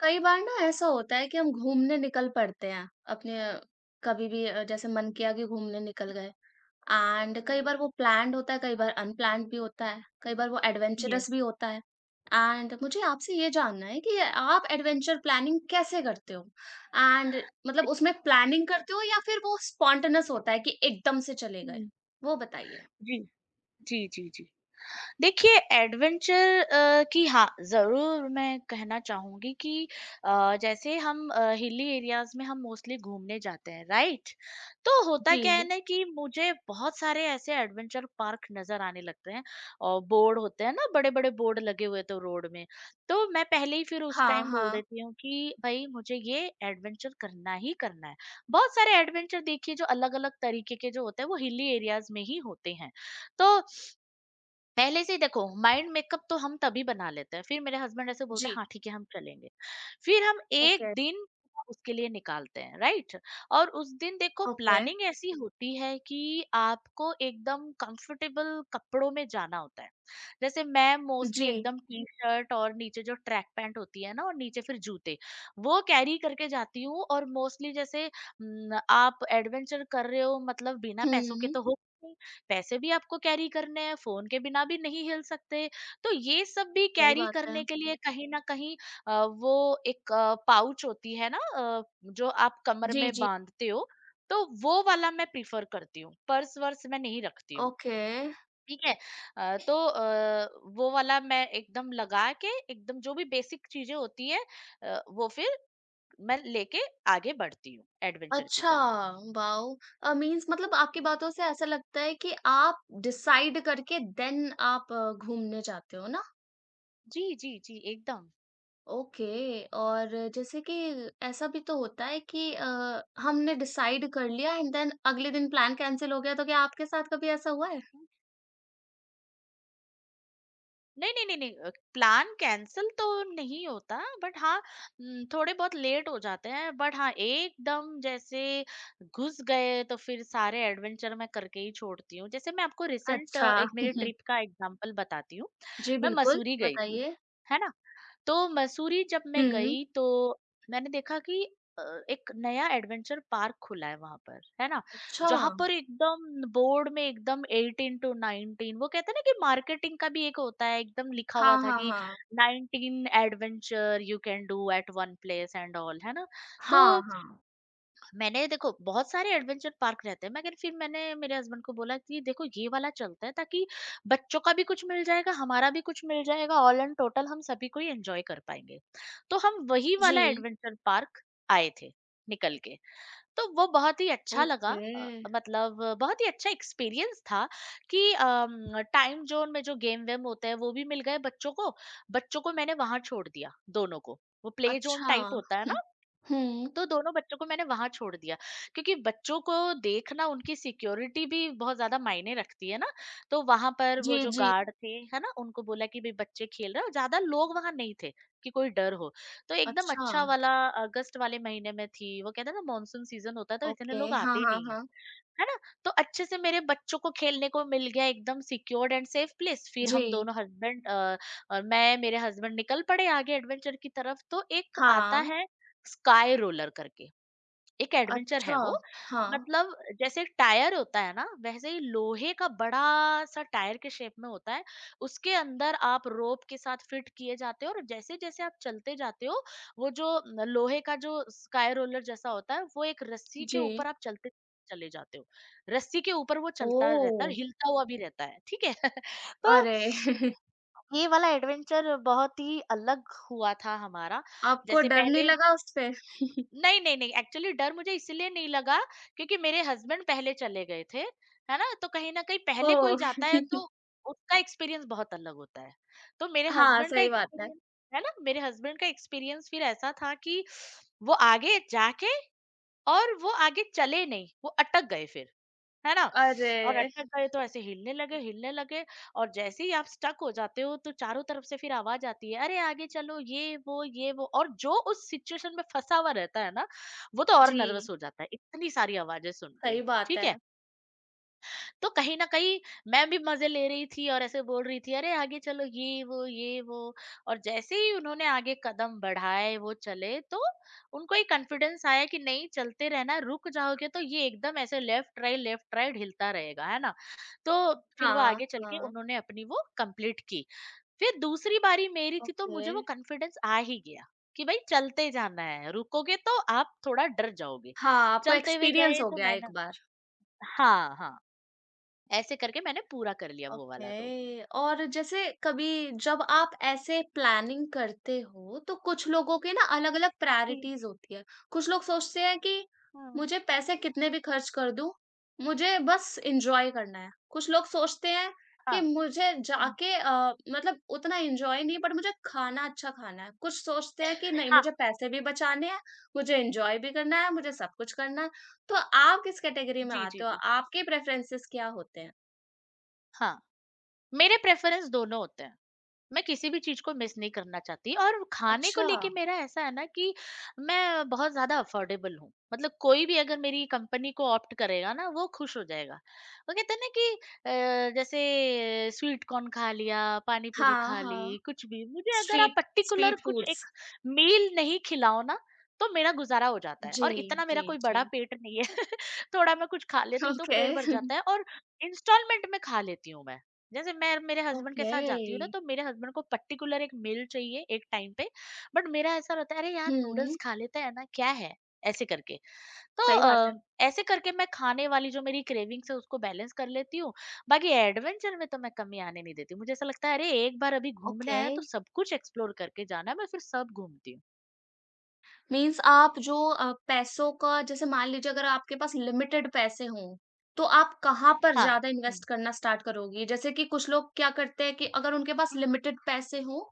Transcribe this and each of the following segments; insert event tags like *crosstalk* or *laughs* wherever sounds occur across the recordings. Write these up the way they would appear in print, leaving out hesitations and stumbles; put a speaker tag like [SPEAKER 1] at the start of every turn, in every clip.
[SPEAKER 1] कई बार ना ऐसा होता है कि हम घूमने निकल पड़ते हैं अपने कभी भी जैसे मन किया कि घूमने निकल गए। एंड कई बार वो प्लान्ड होता है, कई बार अनप्लान्ड भी होता है, कई बार वो
[SPEAKER 2] यस।
[SPEAKER 1] एडवेंचरस भी होता है। एंड मुझे आपसे ये जानना है कि आप एडवेंचर प्लानिंग कैसे करते हो, एंड मतलब उसमें प्लानिंग करते हो या फिर वो स्पॉन्टेनियस होता है कि एकदम से चले गए,
[SPEAKER 2] हुँ।
[SPEAKER 1] वो बताइए।
[SPEAKER 2] जी। जी, जी, जी। देखिए एडवेंचर की हाँ, ज़रूर मैं कहना चाहूँगी कि जैसे हम हिली एरियाज़ में हम मोस्टली घूमने जाते हैं, राइट? तो होता क्या है
[SPEAKER 1] जी।
[SPEAKER 2] ना कि मुझे बहुत सारे ऐसे एडवेंचर पार्क नज़र आने लगते हैं और बोर्ड होते हैं ना, बड़े-बड़े बोर्ड लगे हुए तो रोड में। तो मैं पहले ही फिर उस
[SPEAKER 1] हाँ
[SPEAKER 2] टाइम बोल
[SPEAKER 1] हाँ।
[SPEAKER 2] देती हूँ कि भई मुझे ये एडवेंचर करना ही करना है। बहुत सारे एडवेंचर देखिए जो अलग-अलग तरीके के जो होते हैं वो हिली एरियाज़ में ही होते हैं। तो पहले से ही देखो माइंड मेकअप तो हम तभी बना लेते हैं, फिर मेरे हस्बैंड ऐसे बोलते हैं
[SPEAKER 1] जी।
[SPEAKER 2] हाँ ठीक है हम चलेंगे। फिर हम एक
[SPEAKER 1] ओके।
[SPEAKER 2] दिन उसके लिए निकालते हैं, राइट। और उस दिन देखो
[SPEAKER 1] ओके।
[SPEAKER 2] प्लानिंग ऐसी होती है कि आपको एकदम कंफर्टेबल कपड़ों में जाना होता है। जैसे मैं
[SPEAKER 1] जी।
[SPEAKER 2] मोस्टली एकदम टी शर्ट और नीचे जो ट्रैक पैंट होती है ना और नीचे फिर जूते, वो कैरी करके जाती हूँ। और मोस्टली जैसे न, आप एडवेंचर कर रहे हो मतलब बिना पैसों के
[SPEAKER 1] हम्म।
[SPEAKER 2] तो हो, पैसे भी आपको कैरी करने हैं, फ़ोन के बिना भी नहीं हिल सकते। तो ये सब भी
[SPEAKER 1] सही
[SPEAKER 2] कैरी
[SPEAKER 1] बात है।
[SPEAKER 2] करने के लिए कहीं न कहीं वो एक पाउच होती है ना, जो आप कमर
[SPEAKER 1] जी
[SPEAKER 2] में
[SPEAKER 1] जी।
[SPEAKER 2] बाँधते हो, तो वो वाला मैं प्रेफ़र करती हूँ। पर्स-वर्स मैं नहीं रखती हूँ,
[SPEAKER 1] ओके।
[SPEAKER 2] ठीक है? तो वो वाला मैं एकदम लगा के एकदम जो भी बेसिक चीज़ें होती हैं वो फिर मैं लेके आगे बढ़ती हूँ एडवेंचर की
[SPEAKER 1] अच्छा,
[SPEAKER 2] तरफ।
[SPEAKER 1] वाओ! मीन्स मतलब आपकी बातों से ऐसा लगता है कि आप डिसाइड करके देन आप घूमने जाते हो ना?
[SPEAKER 2] जी, जी, जी, एकदम।
[SPEAKER 1] ओके। और जैसे कि ऐसा भी तो होता है कि हमने डिसाइड कर लिया एंड देन अगले दिन प्लान कैंसल हो गया, तो क्या आपके साथ कभी ऐसा हुआ है?
[SPEAKER 2] नहीं, नहीं, नहीं, नहीं, प्लान कैंसल तो नहीं होता, बट हाँ, थोड़े बहुत लेट हो जाते हैं, बट हाँ, एकदम जैसे घुस गए तो फिर सारे एडवेंचर मैं करके ही छोड़ती हूँ। जैसे मैं आपको रिसेंट
[SPEAKER 1] अच्छा।
[SPEAKER 2] एक मेरी
[SPEAKER 1] *laughs*
[SPEAKER 2] ट्रिप का एग्ज़ाम्पल बताती हूँ।
[SPEAKER 1] जी,
[SPEAKER 2] मैं
[SPEAKER 1] बिल्कुल,
[SPEAKER 2] मसूरी गई थी,
[SPEAKER 1] बताइए।
[SPEAKER 2] है ना? तो मसूरी जब मैं
[SPEAKER 1] हुँ।
[SPEAKER 2] गई तो मैंने देखा कि अ, एक नया एडवेंचर पार्क खुला है वहां पर, है ना?
[SPEAKER 1] अच्छा।
[SPEAKER 2] जहां पर एकदम बोर्ड में एकदम 18-19, वो कहते हैं ना कि मार्केटिंग का भी एक होता है, एकदम लिखा हुआ
[SPEAKER 1] हाँ,
[SPEAKER 2] था
[SPEAKER 1] हाँ,
[SPEAKER 2] कि
[SPEAKER 1] हाँ।
[SPEAKER 2] 19 adventure you can do at one place and all, है ना? तो
[SPEAKER 1] हाँ, हाँ।
[SPEAKER 2] मैंने देखो बहुत सारे एडवेंचर पार्क रहते हैं, मगर फिर मैंने मेरे हस्बैंड को बोला कि देखो ये वाला चलता है, ताकि बच्चों का भी कुछ मिल जाएगा, हमारा भी कुछ मिल जाएगा, ऑल एंड टोटल हम सभी को ही एंजॉय कर पाएंगे। तो हम वही
[SPEAKER 1] जी।
[SPEAKER 2] वाला एडवेंचर पार्क आए थे निकल के। तो वो बहुत ही अच्छा लगा।
[SPEAKER 1] ओके।
[SPEAKER 2] मतलब बहुत ही अच्छा एक्सपीरियंस था कि टाइम जोन में जो गेम वेम होते हैं वो भी मिल गए बच्चों को। बच्चों को मैंने वहां छोड़ दिया, दोनों को। वो प्ले जोन
[SPEAKER 1] अच्छा।
[SPEAKER 2] टाइप होता है ना,
[SPEAKER 1] *laughs* हुँ।
[SPEAKER 2] तो दोनों बच्चों को मैंने वहां छोड़ दिया, क्योंकि बच्चों को देखना उनकी सिक्योरिटी भी बहुत ज्यादा मायने रखती है ना। तो वहां पर वो
[SPEAKER 1] जी,
[SPEAKER 2] जो
[SPEAKER 1] जी।
[SPEAKER 2] गार्ड थे, है ना, उनको बोला कि भाई बच्चे खेल रहे हो, ज्यादा लोग वहां नहीं थे कि कोई डर हो, तो एकदम
[SPEAKER 1] अच्छा,
[SPEAKER 2] अच्छा वाला। अगस्त वाले महीने में थी वो, कहते हैं ना मानसून सीजन होता है तो इतने
[SPEAKER 1] ओके।
[SPEAKER 2] लोग
[SPEAKER 1] हाँ,
[SPEAKER 2] आते ही
[SPEAKER 1] हाँ,
[SPEAKER 2] नहीं है,
[SPEAKER 1] हाँ।
[SPEAKER 2] है ना? तो अच्छे से मेरे बच्चों को खेलने को मिल गया, एकदम सिक्योर्ड एंड सेफ प्लेस। फिर
[SPEAKER 1] जी।
[SPEAKER 2] हम दोनों हस्बैंड, और मैं मेरे हस्बैंड निकल पड़े आगे एडवेंचर की तरफ। तो एक आता
[SPEAKER 1] हाँ,
[SPEAKER 2] है स्काई रोलर करके, एक एडवेंचर है
[SPEAKER 1] अच्छा।
[SPEAKER 2] वो।
[SPEAKER 1] हाँ,
[SPEAKER 2] मतलब जैसे एक टायर होता है ना, वैसे ही लोहे का बड़ा सा टायर के शेप में होता है। उसके अंदर आप रोप के साथ फिट किए जाते हो और जैसे जैसे आप चलते जाते हो, वो जो लोहे का जो स्काई रोलर जैसा होता है वो एक रस्सी के
[SPEAKER 1] जी।
[SPEAKER 2] ऊपर आप चलते चले जाते हो। रस्सी के ऊपर वो चलता रहता है,
[SPEAKER 1] ओह!
[SPEAKER 2] हिलता हुआ भी रहता है, ठीक है? *laughs* तो
[SPEAKER 1] अरे! *laughs*
[SPEAKER 2] ये वाला एडवेंचर बहुत ही अलग हुआ था हमारा।
[SPEAKER 1] आपको
[SPEAKER 2] जैसे
[SPEAKER 1] डर नहीं
[SPEAKER 2] पहले
[SPEAKER 1] लगा उससे? *laughs*
[SPEAKER 2] नहीं, नहीं, नहीं, एक्चुअली डर मुझे इसलिए नहीं लगा क्योंकि मेरे हस्बैंड पहले चले गए थे, है ना? तो कहीं न कहीं पहले कोई
[SPEAKER 1] ओह!
[SPEAKER 2] जाता है तो उसका एक्सपीरियंस बहुत अलग होता है। तो मेरे
[SPEAKER 1] हाँ,
[SPEAKER 2] हस्बैंड का
[SPEAKER 1] सही बात है।
[SPEAKER 2] एक्सपीरियंस, है ना? मेरे हस्बैंड का एक्सपीरियंस फिर ऐसा था कि वो आगे जाके, और वो आगे चले नहीं, वो अटक गए फिर। है ना? और
[SPEAKER 1] अरे!
[SPEAKER 2] अटक गए तो ऐसे हिलने लगे, हिलने लगे, और जैसे ही आप स्टक हो जाते हो तो चारों तरफ से फिर आवाज़ आती है, "अरे! आगे चलो" ये, वो, ये, वो, और जो उस सिचुएशन में फँसा हुआ रहता है ना, वो तो और नर्वस
[SPEAKER 1] जी,
[SPEAKER 2] हो जाता है, इतनी सारी आवाज़ें सुन के,
[SPEAKER 1] सही बात
[SPEAKER 2] ठीक
[SPEAKER 1] है।
[SPEAKER 2] है? तो कहीं न कहीं मैं भी मज़े ले रही थी और ऐसे बोल रही थी, "अरे! आगे चलो ये वो, ये वो"। और जैसे ही उन्होंने आगे कदम बढ़ाए, वो चले, तो उनको एक कॉन्फिडेंस आया कि नहीं चलते रहना, रुक जाओगे तो ये एकदम ऐसे लेफ्ट राइट हिलता रहेगा, है ना? तो फिर वो
[SPEAKER 1] हाँ,
[SPEAKER 2] आगे चल के
[SPEAKER 1] हाँ,
[SPEAKER 2] उन्होंने अपनी वो कंप्लीट की। फिर दूसरी बारी मेरी थी तो
[SPEAKER 1] ओके।
[SPEAKER 2] मुझे वो कॉन्फिडेंस आ ही गया कि भई चलते जाना है, रुकोगे तो आप थोड़ा डर जाओगे।
[SPEAKER 1] हाँ, आपको
[SPEAKER 2] चलते हुए
[SPEAKER 1] एक्सपीरियंस
[SPEAKER 2] गए
[SPEAKER 1] हो
[SPEAKER 2] तो
[SPEAKER 1] गया
[SPEAKER 2] मैंने,
[SPEAKER 1] एक बार।
[SPEAKER 2] हाँ, हाँ, ऐसे करके मैंने पूरा कर लिया वो वाला तो।
[SPEAKER 1] ओके। और जैसे कभी जब आप ऐसे प्लानिंग करते हो तो कुछ लोगों के ना अलग-अलग
[SPEAKER 2] जी।
[SPEAKER 1] प्रायोरिटीज होती है। कुछ लोग सोचते हैं कि
[SPEAKER 2] हुँ।
[SPEAKER 1] मुझे पैसे कितने भी खर्च कर दूँ, मुझे बस एन्जॉय करना है। कुछ लोग सोचते हैं कि
[SPEAKER 2] हाँ।
[SPEAKER 1] मुझे
[SPEAKER 2] हुँ।
[SPEAKER 1] जाके मतलब उतना एन्जॉय नहीं बट मुझे खाना अच्छा खाना है। कुछ सोचते हैं कि नहीं,
[SPEAKER 2] हाँ,
[SPEAKER 1] मुझे पैसे भी बचाने हैं, मुझे एन्जॉय भी करना है, मुझे सब कुछ करना है। तो आप किस कैटेगरी में
[SPEAKER 2] जी, जी,
[SPEAKER 1] आते हो?
[SPEAKER 2] जी।
[SPEAKER 1] आपके प्रेफरेंसेस क्या होते हैं?
[SPEAKER 2] हाँ, मेरे प्रेफ़रेंस दोनों होते हैं। मैं किसी भी चीज़ को मिस नहीं करना चाहती, और खाने को
[SPEAKER 1] अच्छा।
[SPEAKER 2] लेके मेरा ऐसा है ना कि मैं बहुत ज़्यादा अफोर्डेबल हूँ। मतलब कोई भी अगर मेरी कंपनी को ऑप्ट करेगा ना, वो खुश हो जाएगा। वो कहते हैं ना कि जैसे स्वीट कॉर्न खा लिया, पानी पूरी
[SPEAKER 1] हाँ,
[SPEAKER 2] खा
[SPEAKER 1] हाँ।
[SPEAKER 2] ली, कुछ भी। मुझे अगर आप
[SPEAKER 1] स्ट्रीट
[SPEAKER 2] पर्टिकुलर
[SPEAKER 1] स्ट्रीट
[SPEAKER 2] कुछ
[SPEAKER 1] फूड्स।
[SPEAKER 2] एक मील नहीं खिलाओ ना, तो मेरा गुज़ारा हो जाता है,
[SPEAKER 1] जी,
[SPEAKER 2] और इतना
[SPEAKER 1] जी,
[SPEAKER 2] मेरा कोई
[SPEAKER 1] जी।
[SPEAKER 2] बड़ा पेट नहीं है। *laughs* थोड़ा मैं कुछ खा लेती हूँ तो
[SPEAKER 1] ओके,
[SPEAKER 2] पेट भर जाता है, और इंस्टॉलमेंट में खा लेती हूँ मैं। जैसे मैं मेरे हस्बैंड के
[SPEAKER 1] ओके।
[SPEAKER 2] साथ जाती हूँ ना, तो मेरे हस्बैंड को पर्टिकुलर एक मील चाहिए एक टाइम पे, बट मेरा ऐसा रहता है अरे यार
[SPEAKER 1] हुँ,
[SPEAKER 2] नूडल्स खा लेते हैं ना, क्या है ऐसे करके। तो
[SPEAKER 1] सही बात
[SPEAKER 2] अ,
[SPEAKER 1] है।
[SPEAKER 2] ऐसे करके मैं खाने वाली जो मेरी क्रेविंग्स है उसको बैलेंस कर लेती हूँ। बाकी एडवेंचर में तो मैं कमी आने नहीं देती, मुझे ऐसा लगता है अरे एक बार अभी घूमने
[SPEAKER 1] ओके,
[SPEAKER 2] आया तो सब कुछ एक्सप्लोर करके जाना है, मैं फिर सब घूमती हूँ।
[SPEAKER 1] मीन्स आप जो पैसों का, जैसे मान लीजिए अगर आपके पास लिमिटेड पैसे हों, तो आप कहाँ पर
[SPEAKER 2] हाँ।
[SPEAKER 1] ज़्यादा इन्वेस्ट
[SPEAKER 2] हम्म।
[SPEAKER 1] करना स्टार्ट करोगी? जैसे कि कुछ लोग क्या करते हैं कि अगर उनके पास लिमिटेड पैसे हों,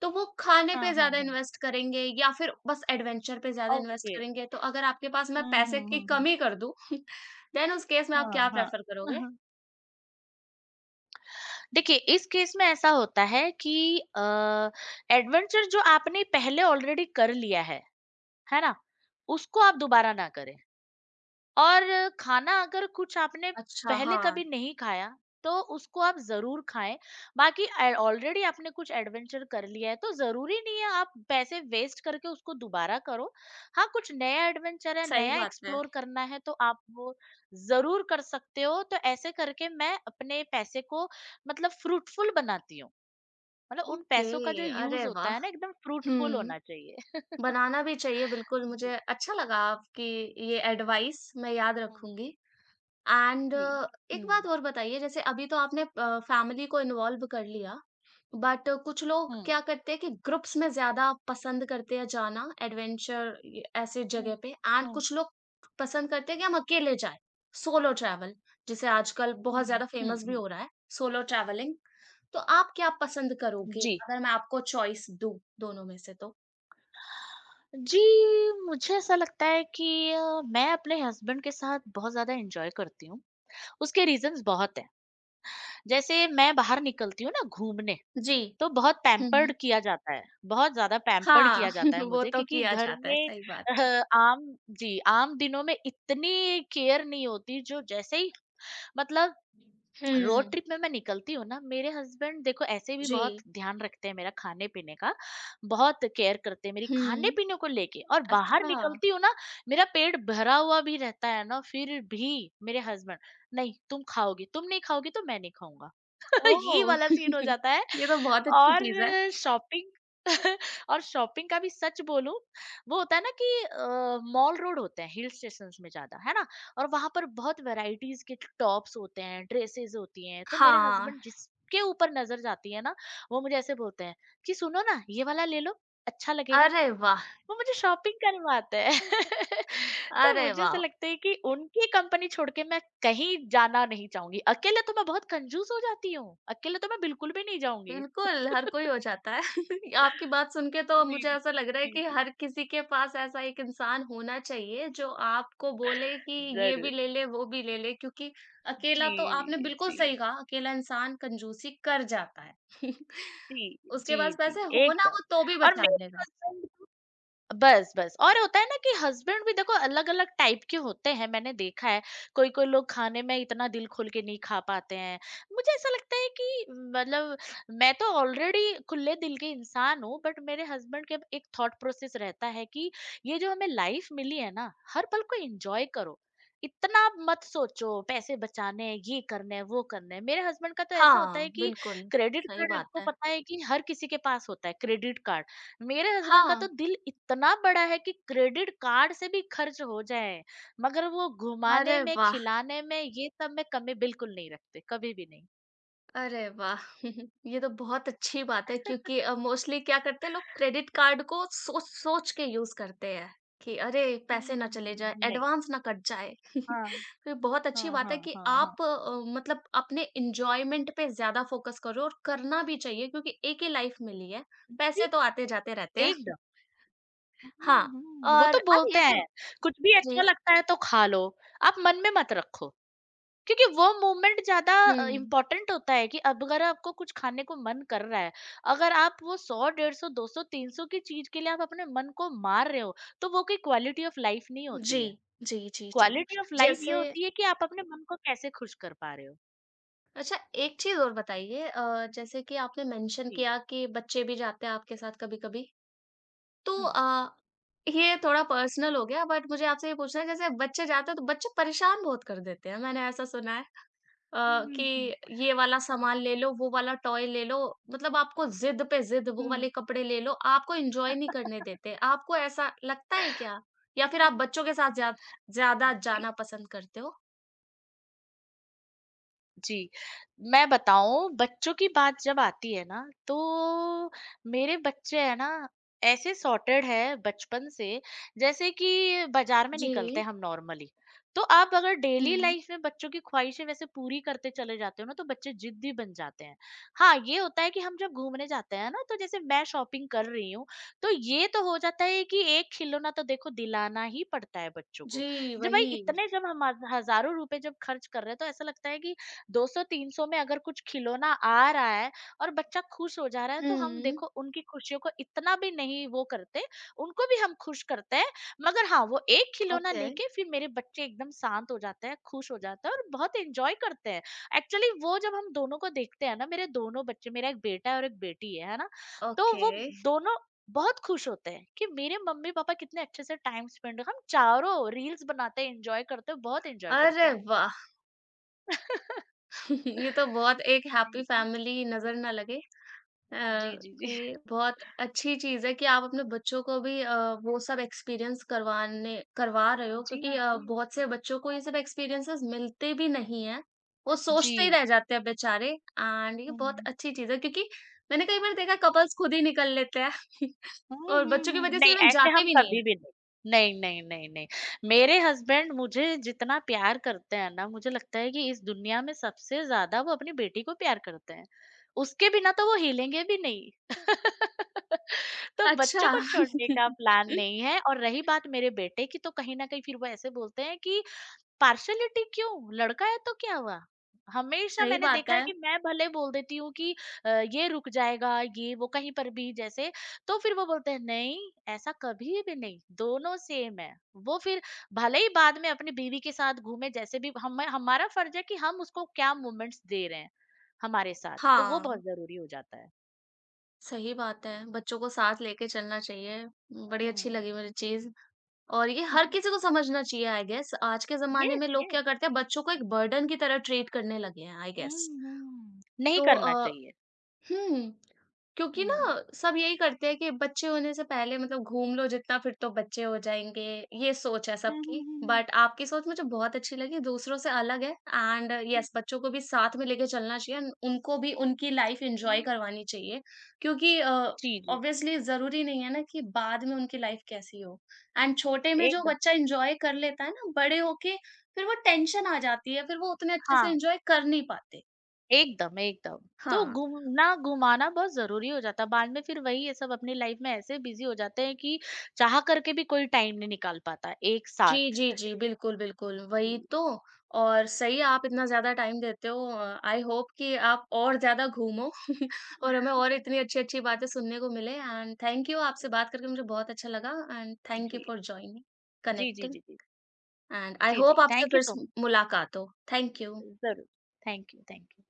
[SPEAKER 1] तो वो खाने पे
[SPEAKER 2] हाँ, हाँ,
[SPEAKER 1] ज़्यादा
[SPEAKER 2] हाँ।
[SPEAKER 1] इन्वेस्ट करेंगे या फिर बस एडवेंचर पे ज़्यादा इन्वेस्ट
[SPEAKER 2] ओके।
[SPEAKER 1] करेंगे। तो अगर आपके पास मैं
[SPEAKER 2] हम्म,
[SPEAKER 1] पैसे
[SPEAKER 2] हम्म,
[SPEAKER 1] की
[SPEAKER 2] हम्म, हम्म।
[SPEAKER 1] कमी कर दूँ, *laughs* देन उस केस में आप
[SPEAKER 2] हाँ।
[SPEAKER 1] क्या
[SPEAKER 2] हाँ।
[SPEAKER 1] प्रेफ़र करोगे?
[SPEAKER 2] *laughs* देखिए, इस केस में ऐसा होता है कि एडवेंचर जो आपने पहले ऑलरेडी कर लिया है ना? उसको आप दोबारा ना करें। और खाना अगर कुछ आपने
[SPEAKER 1] अच्छा,
[SPEAKER 2] पहले
[SPEAKER 1] हाँ,
[SPEAKER 2] कभी नहीं खाया तो उसको आप ज़रूर खाएँ। बाकी ऑलरेडी आपने कुछ एडवेंचर कर लिया है तो ज़रूरी नहीं है आप पैसे वेस्ट करके उसको दोबारा करो। हाँ, कुछ नया एडवेंचर है,
[SPEAKER 1] सही
[SPEAKER 2] नया
[SPEAKER 1] बात है।
[SPEAKER 2] एक्सप्लोर करना है तो आप वो ज़रूर कर सकते हो। तो ऐसे करके मैं अपने पैसे को, मतलब फ्रूटफुल बनाती हूँ। मतलब उन पैसों का जो
[SPEAKER 1] ओके,
[SPEAKER 2] यूज़
[SPEAKER 1] अरे
[SPEAKER 2] होता
[SPEAKER 1] वाह!
[SPEAKER 2] है ना एकदम फ्रूटफुल
[SPEAKER 1] हुँ,
[SPEAKER 2] होना चाहिए। *laughs*
[SPEAKER 1] बनाना भी चाहिए बिल्कुल।
[SPEAKER 2] जी।
[SPEAKER 1] मुझे अच्छा लगा आपकी ये एडवाइस, मैं याद
[SPEAKER 2] हुँ,
[SPEAKER 1] रखूँगी। एंड
[SPEAKER 2] जी।
[SPEAKER 1] एक बात
[SPEAKER 2] हुँ,
[SPEAKER 1] और बताइए, जैसे अभी तो आपने फैमिली को इन्वॉल्व कर लिया, बट कुछ लोग
[SPEAKER 2] हुँ,
[SPEAKER 1] क्या करते हैं कि ग्रुप्स में ज्यादा पसंद करते हैं जाना एडवेंचर ऐसे
[SPEAKER 2] हुँ,
[SPEAKER 1] जगह पे, एंड
[SPEAKER 2] हुँ।
[SPEAKER 1] कुछ लोग पसंद करते हैं कि हम अकेले जाएं, सोलो ट्रैवल, जिसे आजकल बहुत
[SPEAKER 2] हुँ,
[SPEAKER 1] ज्यादा
[SPEAKER 2] हुँ,
[SPEAKER 1] फेमस भी
[SPEAKER 2] हुँ।
[SPEAKER 1] हो रहा है, सोलो ट्रैवलिंग। तो आप क्या पसंद करोगे
[SPEAKER 2] जी।
[SPEAKER 1] अगर मैं आपको चॉइस दूं दोनों में से? तो
[SPEAKER 2] जी, मुझे ऐसा लगता है कि मैं अपने हस्बैंड के साथ बहुत ज़्यादा एन्जॉय करती हूँ। उसके रीज़न्स बहुत हैं। जैसे मैं बाहर निकलती हूँ ना घूमने,
[SPEAKER 1] जी।
[SPEAKER 2] तो बहुत पैम्पर्ड
[SPEAKER 1] हम्म।
[SPEAKER 2] किया जाता है, बहुत ज़्यादा पैम्पर्ड
[SPEAKER 1] हाँ
[SPEAKER 2] किया जाता है
[SPEAKER 1] *laughs* वो
[SPEAKER 2] मुझे,
[SPEAKER 1] तो
[SPEAKER 2] क्योंकि
[SPEAKER 1] किया
[SPEAKER 2] घर
[SPEAKER 1] जाता है,
[SPEAKER 2] में
[SPEAKER 1] सही बात है।
[SPEAKER 2] आम जी, आम दिनों में इतनी केयर नहीं होती, जो जैसे ही, मतलब रोड
[SPEAKER 1] हम्म।
[SPEAKER 2] ट्रिप में मैं निकलती हूँ ना, मेरे हस्बैंड देखो ऐसे भी बहुत
[SPEAKER 1] जी।
[SPEAKER 2] ध्यान रखते हैं मेरा खाने पीने का, बहुत केयर करते हैं मेरी खाने
[SPEAKER 1] हम्म।
[SPEAKER 2] पीने को लेके। और बाहर
[SPEAKER 1] अच्छा,
[SPEAKER 2] निकलती हूँ ना, मेरा पेट भरा हुआ भी रहता है ना फिर भी मेरे हस्बैंड, नहीं तुम खाओगी, तुम नहीं खाओगी तो मैं नहीं खाऊंगा। *laughs* ये वाला
[SPEAKER 1] ओह!
[SPEAKER 2] सीन हो
[SPEAKER 1] *laughs*
[SPEAKER 2] जाता है।
[SPEAKER 1] ये तो बहुत अच्छी
[SPEAKER 2] और
[SPEAKER 1] चीज़ है।
[SPEAKER 2] शॉपिंग, *laughs* और शॉपिंग का भी सच बोलूं, वो होता है ना कि मॉल रोड होते हैं हिल स्टेशंस में ज्यादा, है ना? और वहां पर बहुत वैरायटीज के टॉप्स होते हैं, ड्रेसेस होती हैं, तो मेरे
[SPEAKER 1] हाँ,
[SPEAKER 2] हस्बैंड जिसके ऊपर नजर जाती है ना, वो मुझे ऐसे बोलते हैं कि सुनो ना ये वाला ले लो, अच्छा लगेगा।
[SPEAKER 1] अरे वाह!
[SPEAKER 2] वो मुझे शॉपिंग करवाते हैं। *laughs* तो
[SPEAKER 1] अरे
[SPEAKER 2] मुझे ऐसा
[SPEAKER 1] वाह!
[SPEAKER 2] लगता है कि उनकी कंपनी छोड़ के मैं कहीं जाना नहीं चाहूंगी, अकेले तो मैं बहुत कंजूस हो जाती हूँ, अकेले तो मैं बिल्कुल भी नहीं जाऊंगी।
[SPEAKER 1] बिल्कुल, हर कोई हो जाता है। *laughs* आपकी बात सुन के तो
[SPEAKER 2] जी।
[SPEAKER 1] मुझे ऐसा लग रहा है
[SPEAKER 2] जी,
[SPEAKER 1] कि
[SPEAKER 2] जी।
[SPEAKER 1] हर किसी के पास ऐसा एक इंसान होना चाहिए जो आपको बोले कि ये भी
[SPEAKER 2] जरूर।
[SPEAKER 1] ले ले, वो भी ले ले, क्योंकि अकेला
[SPEAKER 2] जी।
[SPEAKER 1] तो आपने बिल्कुल
[SPEAKER 2] जी।
[SPEAKER 1] सही कहा, अकेला इंसान कंजूसी कर जाता है। *laughs*
[SPEAKER 2] जी।
[SPEAKER 1] उसके
[SPEAKER 2] जी।
[SPEAKER 1] पास
[SPEAKER 2] जी।
[SPEAKER 1] पैसे हो ना
[SPEAKER 2] एकदम।
[SPEAKER 1] हो तो भी
[SPEAKER 2] और
[SPEAKER 1] बचा
[SPEAKER 2] मेरे
[SPEAKER 1] लेगा।
[SPEAKER 2] हस्बैंड, बस और होता है ना कि हस्बैंड भी देखो अलग-अलग टाइप के होते हैं, मैंने देखा है। कोई-कोई लोग खाने में इतना दिल खोल के नहीं खा पाते हैं। मुझे ऐसा लगता है कि मतलब मैं तो ऑलरेडी खुले दिल की इंसान हूँ, बट मेरे हस्बैंड के एक थॉट प्रोसेस रहता है कि ये जो हमें लाइफ मिली है ना, हर पल को एन्जॉय करो। इतना मत सोचो, पैसे बचाने हैं, ये करना है, वो करना है। मेरे हस्बैंड का तो ऐसा होता है
[SPEAKER 1] हाँ,
[SPEAKER 2] कि
[SPEAKER 1] बिल्कुल,
[SPEAKER 2] क्रेडिट
[SPEAKER 1] सही
[SPEAKER 2] कार्ड
[SPEAKER 1] बात
[SPEAKER 2] आपको
[SPEAKER 1] है।
[SPEAKER 2] पता है कि हर किसी के पास होता है, क्रेडिट कार्ड। मेरे हस्बैंड का
[SPEAKER 1] हाँ,
[SPEAKER 2] तो दिल इतना बड़ा है कि क्रेडिट कार्ड से भी खर्च हो जाए, मगर वो घुमाने
[SPEAKER 1] अरे
[SPEAKER 2] में,
[SPEAKER 1] वाह!
[SPEAKER 2] खिलाने में, ये सब में कमी बिल्कुल नहीं रखते, कभी भी नहीं।
[SPEAKER 1] अरे वाह! *laughs* ये तो बहुत अच्छी बात है क्योंकि मोस्टली क्या करते हैं लोग, क्रेडिट कार्ड को सोच सोच के यूज़ करते हैं कि अरे पैसे ना चले जाएँ,
[SPEAKER 2] नहीं।
[SPEAKER 1] एडवांस ना कट जाए। *laughs*
[SPEAKER 2] हाँ,
[SPEAKER 1] तो ये बहुत अच्छी
[SPEAKER 2] हाँ,
[SPEAKER 1] बात है
[SPEAKER 2] हाँ,
[SPEAKER 1] कि
[SPEAKER 2] हाँ। हाँ
[SPEAKER 1] आप मतलब अपने एन्जॉयमेंट पे ज़्यादा फ़ोकस करो, और करना भी चाहिए क्योंकि एक ही लाइफ़ मिली है,
[SPEAKER 2] जी,
[SPEAKER 1] पैसे तो आते-जाते रहते हैं। *laughs*
[SPEAKER 2] एकदम।
[SPEAKER 1] हाँ,
[SPEAKER 2] वो
[SPEAKER 1] और
[SPEAKER 2] तो
[SPEAKER 1] अब
[SPEAKER 2] बोलते
[SPEAKER 1] ये भी।
[SPEAKER 2] हैं, कुछ भी
[SPEAKER 1] जी,
[SPEAKER 2] अच्छा लगता है तो खा लो, आप मन में मत रखो, क्योंकि वो मोमेंट ज्यादा
[SPEAKER 1] हुँ।
[SPEAKER 2] इम्पोर्टेंट होता है कि अब अगर आपको कुछ खाने को मन कर रहा है, अगर आप वो सौ, डेढ़ सौ, दो सौ, तीन सौ की चीज के लिए आप अपने मन को मार रहे हो, तो वो कोई क्वालिटी ऑफ लाइफ नहीं होती
[SPEAKER 1] जी,
[SPEAKER 2] है।
[SPEAKER 1] जी, जी, जी।
[SPEAKER 2] क्वालिटी ऑफ लाइफ ये
[SPEAKER 1] जैसे
[SPEAKER 2] होती है कि आप अपने मन को कैसे खुश कर पा रहे हो।
[SPEAKER 1] अच्छा, एक चीज़ और बताइए, जैसे कि आपने मेंशन
[SPEAKER 2] जी।
[SPEAKER 1] किया कि बच्चे भी जाते हैं आपके साथ कभी-कभी, तो
[SPEAKER 2] हम्म,
[SPEAKER 1] ये थोड़ा पर्सनल हो गया बट मुझे आपसे ये पूछना है, जैसे बच्चे जाते
[SPEAKER 2] हम्म,
[SPEAKER 1] हैं तो बच्चे परेशान बहुत कर देते हैं, मैंने ऐसा सुना है। अ,
[SPEAKER 2] हम्म,
[SPEAKER 1] कि ये वाला
[SPEAKER 2] हाँ,
[SPEAKER 1] सामान ले लो, वो वाला टॉय ले लो, मतलब आपको ज़िद पे ज़िद, वो
[SPEAKER 2] हम्म,
[SPEAKER 1] वाले कपड़े ले लो, आपको एन्जॉय नहीं करने देते।
[SPEAKER 2] *laughs*
[SPEAKER 1] आपको ऐसा लगता है क्या? या
[SPEAKER 2] हम्म,
[SPEAKER 1] फिर आप
[SPEAKER 2] हम्म,
[SPEAKER 1] बच्चों के साथ ज्या ज़्यादा जाना पसंद करते हो?
[SPEAKER 2] जी, मैं बताऊँ, बच्चों की बात जब आती है ना, तो मेरे बच्चे हैं ना, ऐसे सॉर्टेड हैं बचपन से। जैसे कि बाज़ार में
[SPEAKER 1] जी।
[SPEAKER 2] निकलते हैं हम नॉर्मली। तो आप अगर डेली
[SPEAKER 1] हुँ।
[SPEAKER 2] लाइफ़ में बच्चों की ख़्वाहिशें वैसे पूरी करते चले जाते हो ना, तो बच्चे ज़िद्दी बन जाते हैं। हाँ, ये होता है कि हम जब घूमने जाते हैं ना, तो जैसे मैं शॉपिंग कर रही हूँ, तो ये तो हो जाता है कि एक खिलौना तो देखो दिलाना ही पड़ता है बच्चों को।
[SPEAKER 1] जी,
[SPEAKER 2] जब भाई
[SPEAKER 1] वही।
[SPEAKER 2] इतने जब हम हज़ारों रुपए जब ख़र्च कर रहे हैं, तो ऐसा लगता है कि 200-300 में अगर कुछ खिलौना आ रहा है और बच्चा खुश हो जा रहा है, तो हम
[SPEAKER 1] हुँ।
[SPEAKER 2] देखो उनकी खुशियों को इतना भी नहीं वो करते, उनको भी हम खुश करते हैं। मगर हाँ, वो एक खिलौना
[SPEAKER 1] ओके,
[SPEAKER 2] लेके फिर मेरे बच्चे एकदम शांत हो जाते हैं, खुश हो जाते हैं और बहुत एन्जॉय करते हैं। एक्चुअली वो जब हम दोनों को देखते हैं ना, मेरे दोनों बच्चे, मेरा एक बेटा है और एक बेटी है ना? तो
[SPEAKER 1] ओके।
[SPEAKER 2] वो दोनों बहुत खुश होते हैं कि मेरे मम्मी-पापा कितने अच्छे से टाइम स्पेंड, हम चारों रील्स बनाते हैं, एन्जॉय करते हैं, बहुत एन्जॉय करते
[SPEAKER 1] अरे
[SPEAKER 2] हैं हम।
[SPEAKER 1] वाह!
[SPEAKER 2] *laughs*
[SPEAKER 1] *laughs* ये तो बहुत एक हैप्पी
[SPEAKER 2] जी, जी।
[SPEAKER 1] फैमिली, नज़र ना लगे। अ,
[SPEAKER 2] जी, जी, जी।
[SPEAKER 1] कि
[SPEAKER 2] *laughs*
[SPEAKER 1] बहुत अच्छी चीज़ है कि आप अपने बच्चों को भी वो सब एक्सपीरियंस करवाने करवा रहे हो,
[SPEAKER 2] जी,
[SPEAKER 1] क्योंकि
[SPEAKER 2] जी।
[SPEAKER 1] बहुत से बच्चों को ये सब एक्सपीरियंसेस मिलते भी नहीं हैं। वो सोचते ही
[SPEAKER 2] जी।
[SPEAKER 1] रह जाते हैं बेचारे। एंड ये बहुत
[SPEAKER 2] हुँ।
[SPEAKER 1] अच्छी चीज़ है क्योंकि मैंने कई बार देखा कपल्स खुद ही निकल लेते हैं
[SPEAKER 2] हुँ,
[SPEAKER 1] *laughs* और
[SPEAKER 2] हुँ,
[SPEAKER 1] बच्चों की
[SPEAKER 2] हुँ।
[SPEAKER 1] वज़ह से
[SPEAKER 2] नहीं,
[SPEAKER 1] इवन
[SPEAKER 2] ऐसे
[SPEAKER 1] जाते
[SPEAKER 2] हम
[SPEAKER 1] भी नहीं
[SPEAKER 2] कभी
[SPEAKER 1] हैं।
[SPEAKER 2] भी नहीं। नहीं, नहीं, नहीं, नहीं। मेरे हस्बैंड मुझे जितना प्यार करते हैं ना, मुझे लगता है कि इस दुनिया में सबसे ज़्यादा वो अपनी बेटी को प्यार करते हैं। उसके बिना तो वो हिलेंगे भी नहीं। *laughs* तो
[SPEAKER 1] अच्छा।
[SPEAKER 2] बच्चों को छोड़ने का
[SPEAKER 1] *laughs*
[SPEAKER 2] प्लान नहीं है, और रही बात मेरे बेटे की, तो कहीं न कहीं फिर वो ऐसे बोलते हैं कि पार्शियलिटी क्यों? लड़का है तो क्या हुआ? हमेशा
[SPEAKER 1] सही
[SPEAKER 2] मैंने
[SPEAKER 1] बात
[SPEAKER 2] देखा
[SPEAKER 1] है।
[SPEAKER 2] है कि मैं भले बोल देती हूँ कि अ, ये रुक जाएगा, ये वो कहीं पर भी जैसे, तो फिर वो बोलते हैं, "नहीं, ऐसा कभी भी नहीं, दोनों सेम है।" वो फिर भले ही बाद में अपनी बीवी के साथ घूमे, जैसे भी, हम हमारा फर्ज है कि हम उसको क्या मोमेंट्स दे रहे हैं, हमारे साथ, तो वो
[SPEAKER 1] हाँ।
[SPEAKER 2] बहुत ज़रूरी हो जाता है।
[SPEAKER 1] सही बात है, बच्चों को साथ लेके चलना चाहिए। बड़ी अच्छी
[SPEAKER 2] हुँ।
[SPEAKER 1] लगी मुझे चीज़, और ये हर किसी को समझना चाहिए, आई गेस। आज के ज़माने
[SPEAKER 2] येस,
[SPEAKER 1] में लोग
[SPEAKER 2] येस।
[SPEAKER 1] क्या करते हैं, बच्चों को एक बर्डन की तरह ट्रीट करने लगे हैं, आई
[SPEAKER 2] हुँ,
[SPEAKER 1] गेस।
[SPEAKER 2] हुँ। *laughs* नहीं
[SPEAKER 1] तो,
[SPEAKER 2] करना
[SPEAKER 1] अ,
[SPEAKER 2] चाहिए।
[SPEAKER 1] हुँ। क्योंकि ना
[SPEAKER 2] हुँ।
[SPEAKER 1] सब यही करते हैं कि बच्चे होने से पहले मतलब घूम लो जितना, फिर तो बच्चे हो जाएँगे, ये सोच है
[SPEAKER 2] हुँ,
[SPEAKER 1] सबकी।
[SPEAKER 2] हुँ, हुँ,
[SPEAKER 1] बट आपकी सोच मुझे बहुत अच्छी लगी, दूसरों से अलग है, एंड
[SPEAKER 2] हुँ।
[SPEAKER 1] येस बच्चों को भी साथ में लेके चलना चाहिए एंड उनको भी उनकी लाइफ़ एन्जॉय
[SPEAKER 2] हुँ।
[SPEAKER 1] करवानी चाहिए। क्योंकि
[SPEAKER 2] जी, जी।
[SPEAKER 1] ऑब्वियसली ज़रूरी नहीं है ना कि बाद में उनकी लाइफ़ कैसी हो। एंड छोटे में जो
[SPEAKER 2] एकदम।
[SPEAKER 1] बच्चा एन्जॉय कर लेता है ना, बड़े होके फिर वो टेंशन आ जाती है, फिर वो उतने अच्छे से
[SPEAKER 2] हाँ,
[SPEAKER 1] एन्जॉय कर नहीं पाते।
[SPEAKER 2] एकदम, एकदम। तो
[SPEAKER 1] हाँ।
[SPEAKER 2] घूमना घुमाना बहुत ज़रूरी हो जाता है। बाद में फिर वही है, सब अपनी लाइफ में ऐसे बिज़ी हो जाते हैं कि चाह करके भी कोई टाइम नहीं निकाल पाता एक
[SPEAKER 1] जी,
[SPEAKER 2] साथ।
[SPEAKER 1] जी, जी। बिल्कुल, बिल्कुल,
[SPEAKER 2] जी।
[SPEAKER 1] वही तो। और सही, आप इतना ज़्यादा टाइम देते हो। आई होप कि आप और ज़्यादा घूमो *laughs* और हमें और इतनी
[SPEAKER 2] *laughs*
[SPEAKER 1] अच्छी-अच्छी बातें सुनने को मिले। एंड थैंक यू, आपसे बात करके मुझे बहुत अच्छा लगा। एंड थैंक यू
[SPEAKER 2] जी।
[SPEAKER 1] फॉर जॉइनिंग,
[SPEAKER 2] जी, जी,
[SPEAKER 1] कनेक्टिंग,
[SPEAKER 2] जी, जी।
[SPEAKER 1] एंड आई
[SPEAKER 2] जी,
[SPEAKER 1] होप
[SPEAKER 2] जी।
[SPEAKER 1] आपसे
[SPEAKER 2] थैंक यू
[SPEAKER 1] फिर
[SPEAKER 2] सो मच।
[SPEAKER 1] से मुलाकात हो। Thank you.
[SPEAKER 2] ज़रूर। Thank you, thank you.